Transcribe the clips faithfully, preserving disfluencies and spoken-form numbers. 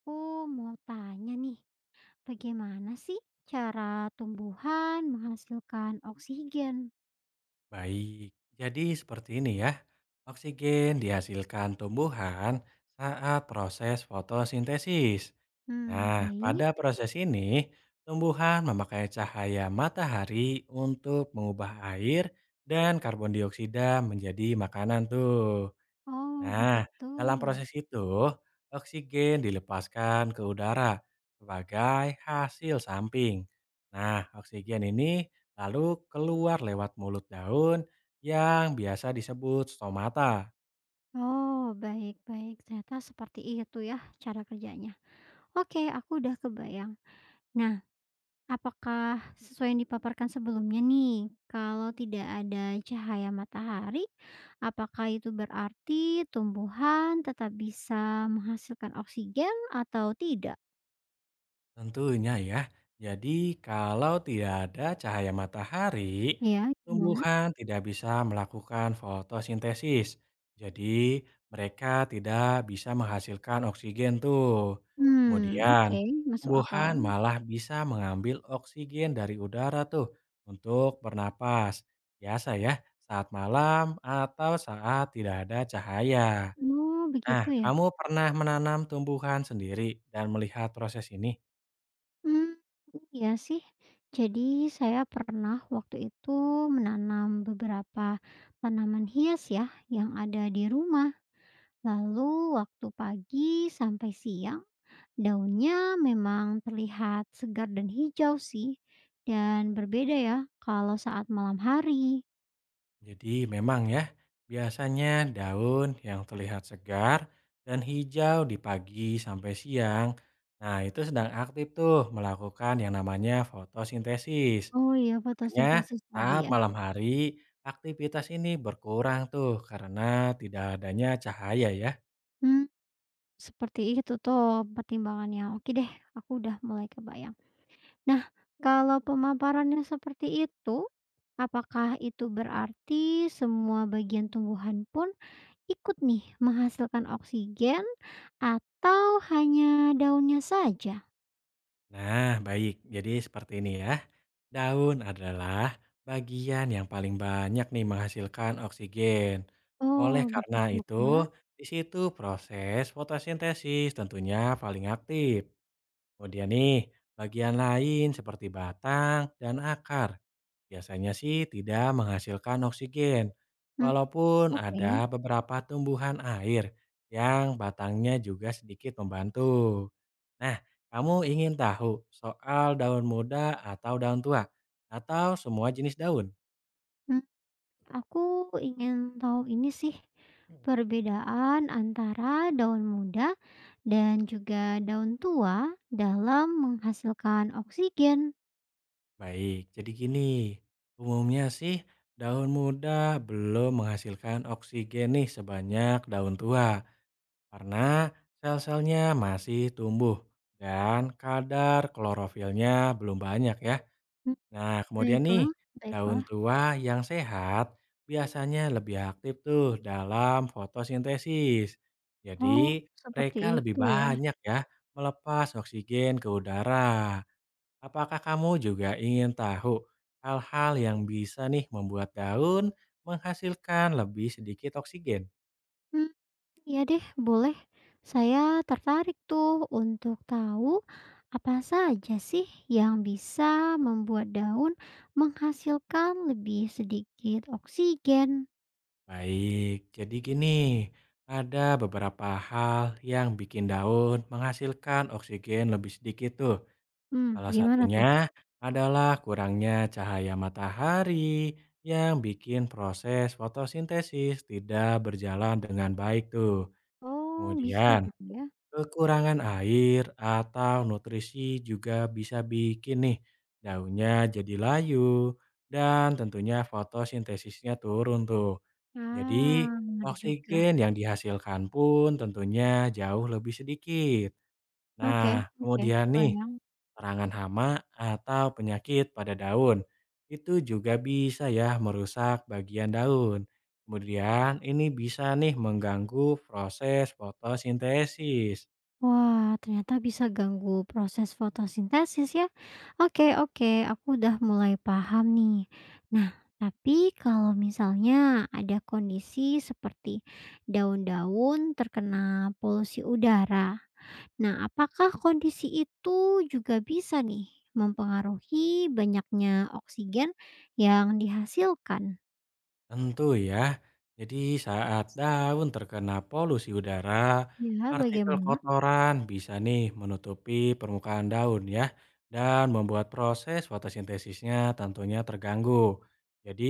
Aku mau tanya nih, bagaimana sih cara tumbuhan menghasilkan oksigen? Baik, jadi seperti ini ya. Oksigen dihasilkan tumbuhan saat proses fotosintesis. Hmm, Nah, pada baik. proses ini, tumbuhan memakai cahaya matahari untuk mengubah air dan karbon dioksida menjadi makanan tuh. Oh, Nah, begitu. dalam proses itu, oksigen dilepaskan ke udara sebagai hasil samping. Nah, oksigen ini lalu keluar lewat mulut daun yang biasa disebut stomata. Oh, baik-baik. Ternyata seperti itu ya cara kerjanya. Oke, aku udah kebayang. Nah, apakah sesuai yang dipaparkan sebelumnya nih, kalau tidak ada cahaya matahari, apakah itu berarti tumbuhan tetap bisa menghasilkan oksigen atau tidak? Tentunya ya. Jadi kalau tidak ada cahaya matahari, Ya, gimana? tumbuhan tidak bisa melakukan fotosintesis. Jadi mereka tidak bisa menghasilkan oksigen tuh. Hmm, oke, Kemudian masuk akal. tumbuhan malah bisa mengambil oksigen dari udara tuh untuk bernapas. Biasa ya, saat malam atau saat tidak ada cahaya. Oh, Nah, begitu ya? kamu pernah menanam tumbuhan sendiri dan melihat proses ini? Hmm, iya sih. Jadi saya pernah waktu itu menanam beberapa tanaman hias ya, yang ada di rumah. Lalu waktu pagi sampai siang, daunnya memang terlihat segar dan hijau sih, dan berbeda ya kalau saat malam hari. Jadi memang ya, biasanya daun yang terlihat segar dan hijau di pagi sampai siang. Nah, itu sedang aktif tuh melakukan yang namanya fotosintesis. Oh iya, Makanya fotosintesis tadi saat ya? malam hari aktivitas ini berkurang tuh karena tidak adanya cahaya ya. Hmm, seperti itu tuh pertimbangannya. Oke deh, aku udah mulai kebayang. Nah, kalau pemaparannya seperti itu, apakah itu berarti semua bagian tumbuhan pun ikut nih menghasilkan oksigen atau hanya daunnya saja? Nah, baik. Jadi seperti ini ya. Daun adalah bagian yang paling banyak nih menghasilkan oksigen. Oleh Oh, karena begitu itu, kah? di situ proses fotosintesis tentunya paling aktif. Kemudian nih, bagian lain seperti batang dan akar biasanya sih tidak menghasilkan oksigen, Hmm, walaupun oke. ada beberapa tumbuhan air yang batangnya juga sedikit membantu. Nah, kamu ingin tahu soal daun muda atau daun tua, atau semua jenis daun? Hmm, aku ingin tahu ini sih perbedaan antara daun muda dan juga daun tua dalam menghasilkan oksigen. Baik, jadi gini, umumnya sih daun muda belum menghasilkan oksigen nih sebanyak daun tua. Karena sel-selnya masih tumbuh dan kadar klorofilnya belum banyak ya. Hmm, Nah, kemudian nih, baiklah, daun baiklah. tua yang sehat biasanya lebih aktif tuh dalam fotosintesis. Oh, Jadi, seperti mereka lebih itu ya. banyak ya melepas oksigen ke udara. Apakah kamu juga ingin tahu hal-hal yang bisa nih membuat daun menghasilkan lebih sedikit oksigen? Hmm, iya deh, boleh. Saya tertarik tuh untuk tahu apa saja sih yang bisa membuat daun menghasilkan lebih sedikit oksigen. Baik, jadi gini, ada beberapa hal yang bikin daun menghasilkan oksigen lebih sedikit tuh. Hmm, Salah gimana satunya tuh? adalah kurangnya cahaya matahari yang bikin proses fotosintesis tidak berjalan dengan baik tuh. Oh, bisa Kemudian, gitu ya. kekurangan air atau nutrisi juga bisa bikin nih daunnya jadi layu dan tentunya fotosintesisnya turun tuh. Jadi, Ah, benar juga. oksigen yang dihasilkan pun tentunya jauh lebih sedikit. Oke, Nah, oke, kemudian nih, kebayang. serangan hama atau penyakit pada daun itu juga bisa ya merusak bagian daun. Kemudian ini bisa nih mengganggu proses fotosintesis. Wah, ternyata bisa ganggu proses fotosintesis ya. Oke, oke, aku udah mulai paham nih. Nah, tapi kalau misalnya ada kondisi seperti daun-daun terkena polusi udara, nah apakah kondisi itu juga bisa nih mempengaruhi banyaknya oksigen yang dihasilkan? Tentu ya. Jadi saat daun terkena polusi udara, Ya, partikel bagaimana? kotoran bisa nih menutupi permukaan daun ya dan membuat proses fotosintesisnya tentunya terganggu. Jadi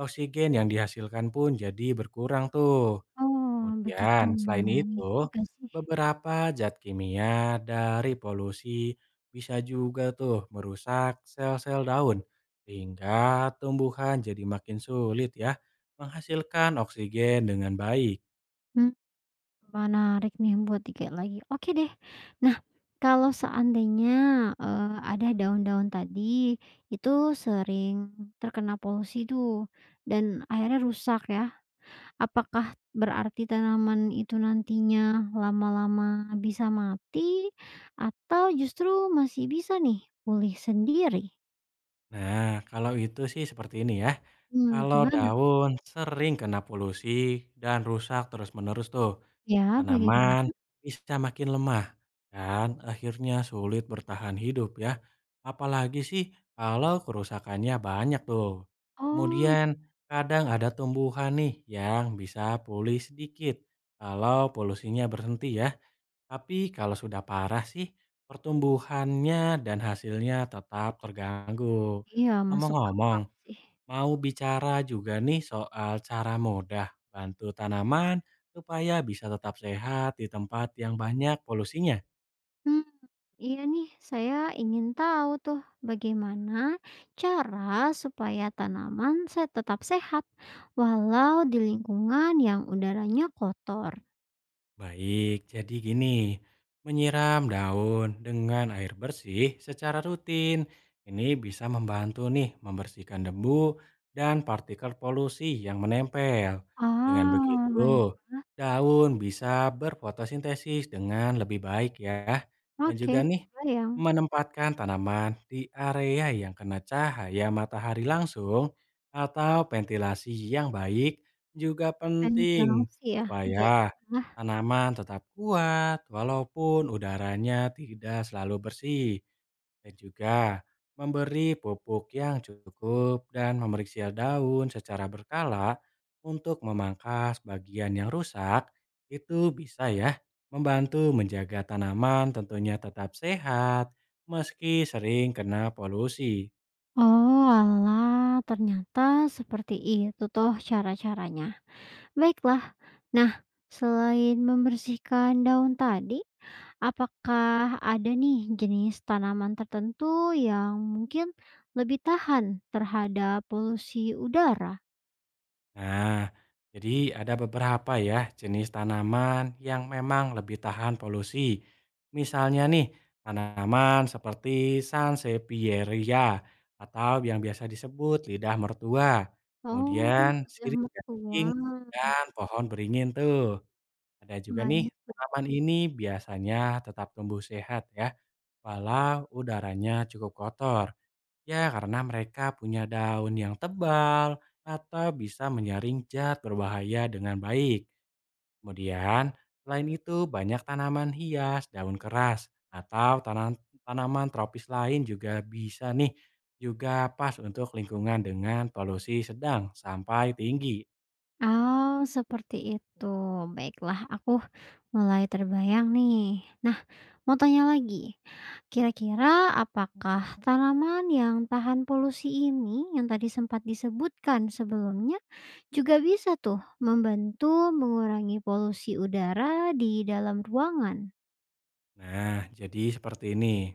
oksigen yang dihasilkan pun jadi berkurang tuh. Oh, begitu. Kemudian selain Iya itu, juga sih. beberapa zat kimia dari polusi bisa juga tuh merusak sel-sel daun sehingga tumbuhan jadi makin sulit ya menghasilkan oksigen dengan baik. Hmm. Menarik nih buat dikilik lagi. Oke deh. Nah, kalau seandainya, eee, ada daun-daun tadi itu sering terkena polusi tuh dan akhirnya rusak ya. Apakah berarti tanaman itu nantinya lama-lama bisa mati atau justru masih bisa nih pulih sendiri? Nah, kalau itu sih seperti ini ya. Mmm, Kalau gimana daun sering kena polusi dan rusak terus-menerus tuh. ya Tanaman bagaimana? bisa makin lemah dan akhirnya sulit bertahan hidup ya. Apalagi sih kalau kerusakannya banyak tuh. Oh, Kemudian kadang ada tumbuhan nih yang bisa pulih sedikit kalau polusinya berhenti ya. Tapi kalau sudah parah sih pertumbuhannya dan hasilnya tetap terganggu. iya masuk Ngomong-ngomong, akal sih. mau bicara juga nih soal cara mudah bantu tanaman supaya bisa tetap sehat di tempat yang banyak polusinya. Mmm, iya nih, saya ingin tahu tuh bagaimana cara supaya tanaman saya tetap sehat walau di lingkungan yang udaranya kotor. Baik, jadi gini, menyiram daun dengan air bersih secara rutin. Ini bisa membantu nih membersihkan debu dan partikel polusi yang menempel. Dengan Ah, baik. begitu, daun bisa berfotosintesis dengan lebih baik ya. Dan Oke, juga nih kebayang. menempatkan tanaman di area yang kena cahaya matahari langsung atau ventilasi yang baik juga penting Ventilasi ya, supaya baiklah. tanaman tetap kuat walaupun udaranya tidak selalu bersih dan juga memberi pupuk yang cukup dan memeriksa daun secara berkala untuk memangkas bagian yang rusak itu bisa ya membantu menjaga tanaman tentunya tetap sehat meski sering kena polusi. Oh, alah, ternyata seperti itu tuh cara-caranya. Baiklah. Nah, selain membersihkan daun tadi, apakah ada nih jenis tanaman tertentu yang mungkin lebih tahan terhadap polusi udara? Nah, jadi ada beberapa ya jenis tanaman yang memang lebih tahan polusi. Misalnya nih, tanaman seperti Sansevieria atau yang biasa disebut lidah mertua. Oh, Kemudian udah sirih mertua. gading dan pohon beringin tuh. Ada juga nih, Bayang, tanaman ini biasanya tetap tumbuh sehat ya, walau udaranya cukup kotor. Ya, karena mereka punya daun yang tebal atau bisa menyaring zat berbahaya dengan baik. Kemudian, selain itu banyak tanaman hias, daun keras, atau tanaman tanaman tropis lain juga bisa nih juga pas untuk lingkungan dengan polusi sedang sampai tinggi. oh, seperti itu. Baiklah, aku mulai terbayang nih. Nah, mau tanya lagi. Kira-kira apakah tanaman yang tahan polusi ini yang tadi sempat disebutkan sebelumnya juga bisa tuh membantu mengurangi polusi udara di dalam ruangan? Nah, jadi seperti ini.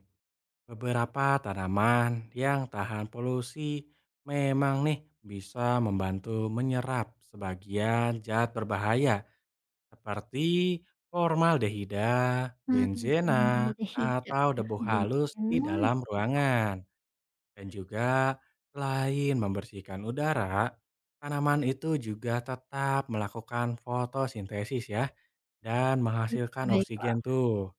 Beberapa tanaman yang tahan polusi memang nih bisa membantu menyerap sebagian zat berbahaya seperti formaldehida, Hmm, Mmm, mhm. benzena, Beda hijau atau debu ya. halus di Benar. dalam ruangan. Dan juga selain membersihkan udara, tanaman itu juga tetap melakukan fotosintesis ya dan menghasilkan Baiklah. oksigen tuh.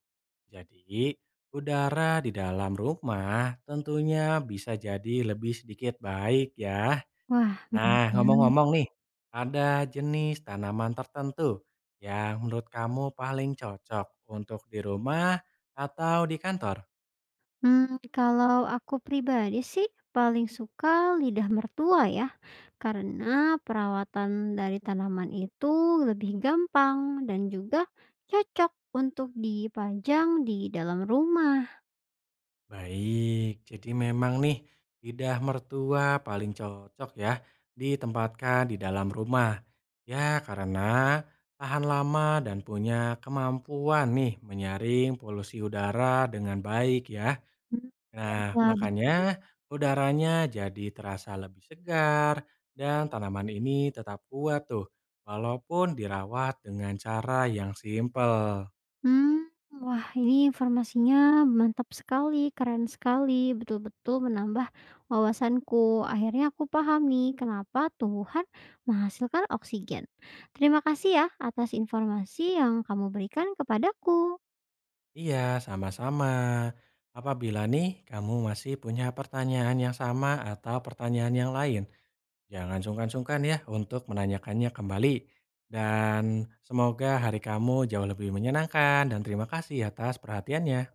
Jadi, udara di dalam rumah tentunya bisa jadi lebih sedikit baik ya. Wah. Nah, ngomong-ngomong nih, ada jenis tanaman tertentu yang menurut kamu paling cocok untuk di rumah atau di kantor? Mmm, kalau aku pribadi sih paling suka lidah mertua ya, karena perawatan dari tanaman itu lebih gampang dan juga cocok untuk dipajang di dalam rumah. Baik, jadi memang nih lidah mertua paling cocok ya ditempatkan di dalam rumah. Ya, karena tahan lama dan punya kemampuan nih menyaring polusi udara dengan baik ya. Mmm, Nah, baiklah betul. makanya udaranya jadi terasa lebih segar dan tanaman ini tetap kuat tuh, walaupun dirawat dengan cara yang simpel. Hmm, wah ini informasinya mantap sekali, keren sekali, betul-betul menambah wawasanku. Akhirnya aku paham nih kenapa tumbuhan menghasilkan oksigen. Terima kasih ya atas informasi yang kamu berikan kepadaku. Iya, sama-sama. Apabila nih kamu masih punya pertanyaan yang sama atau pertanyaan yang lain, jangan sungkan-sungkan ya untuk menanyakannya kembali. Dan semoga hari kamu jauh lebih menyenangkan dan terima kasih atas perhatiannya.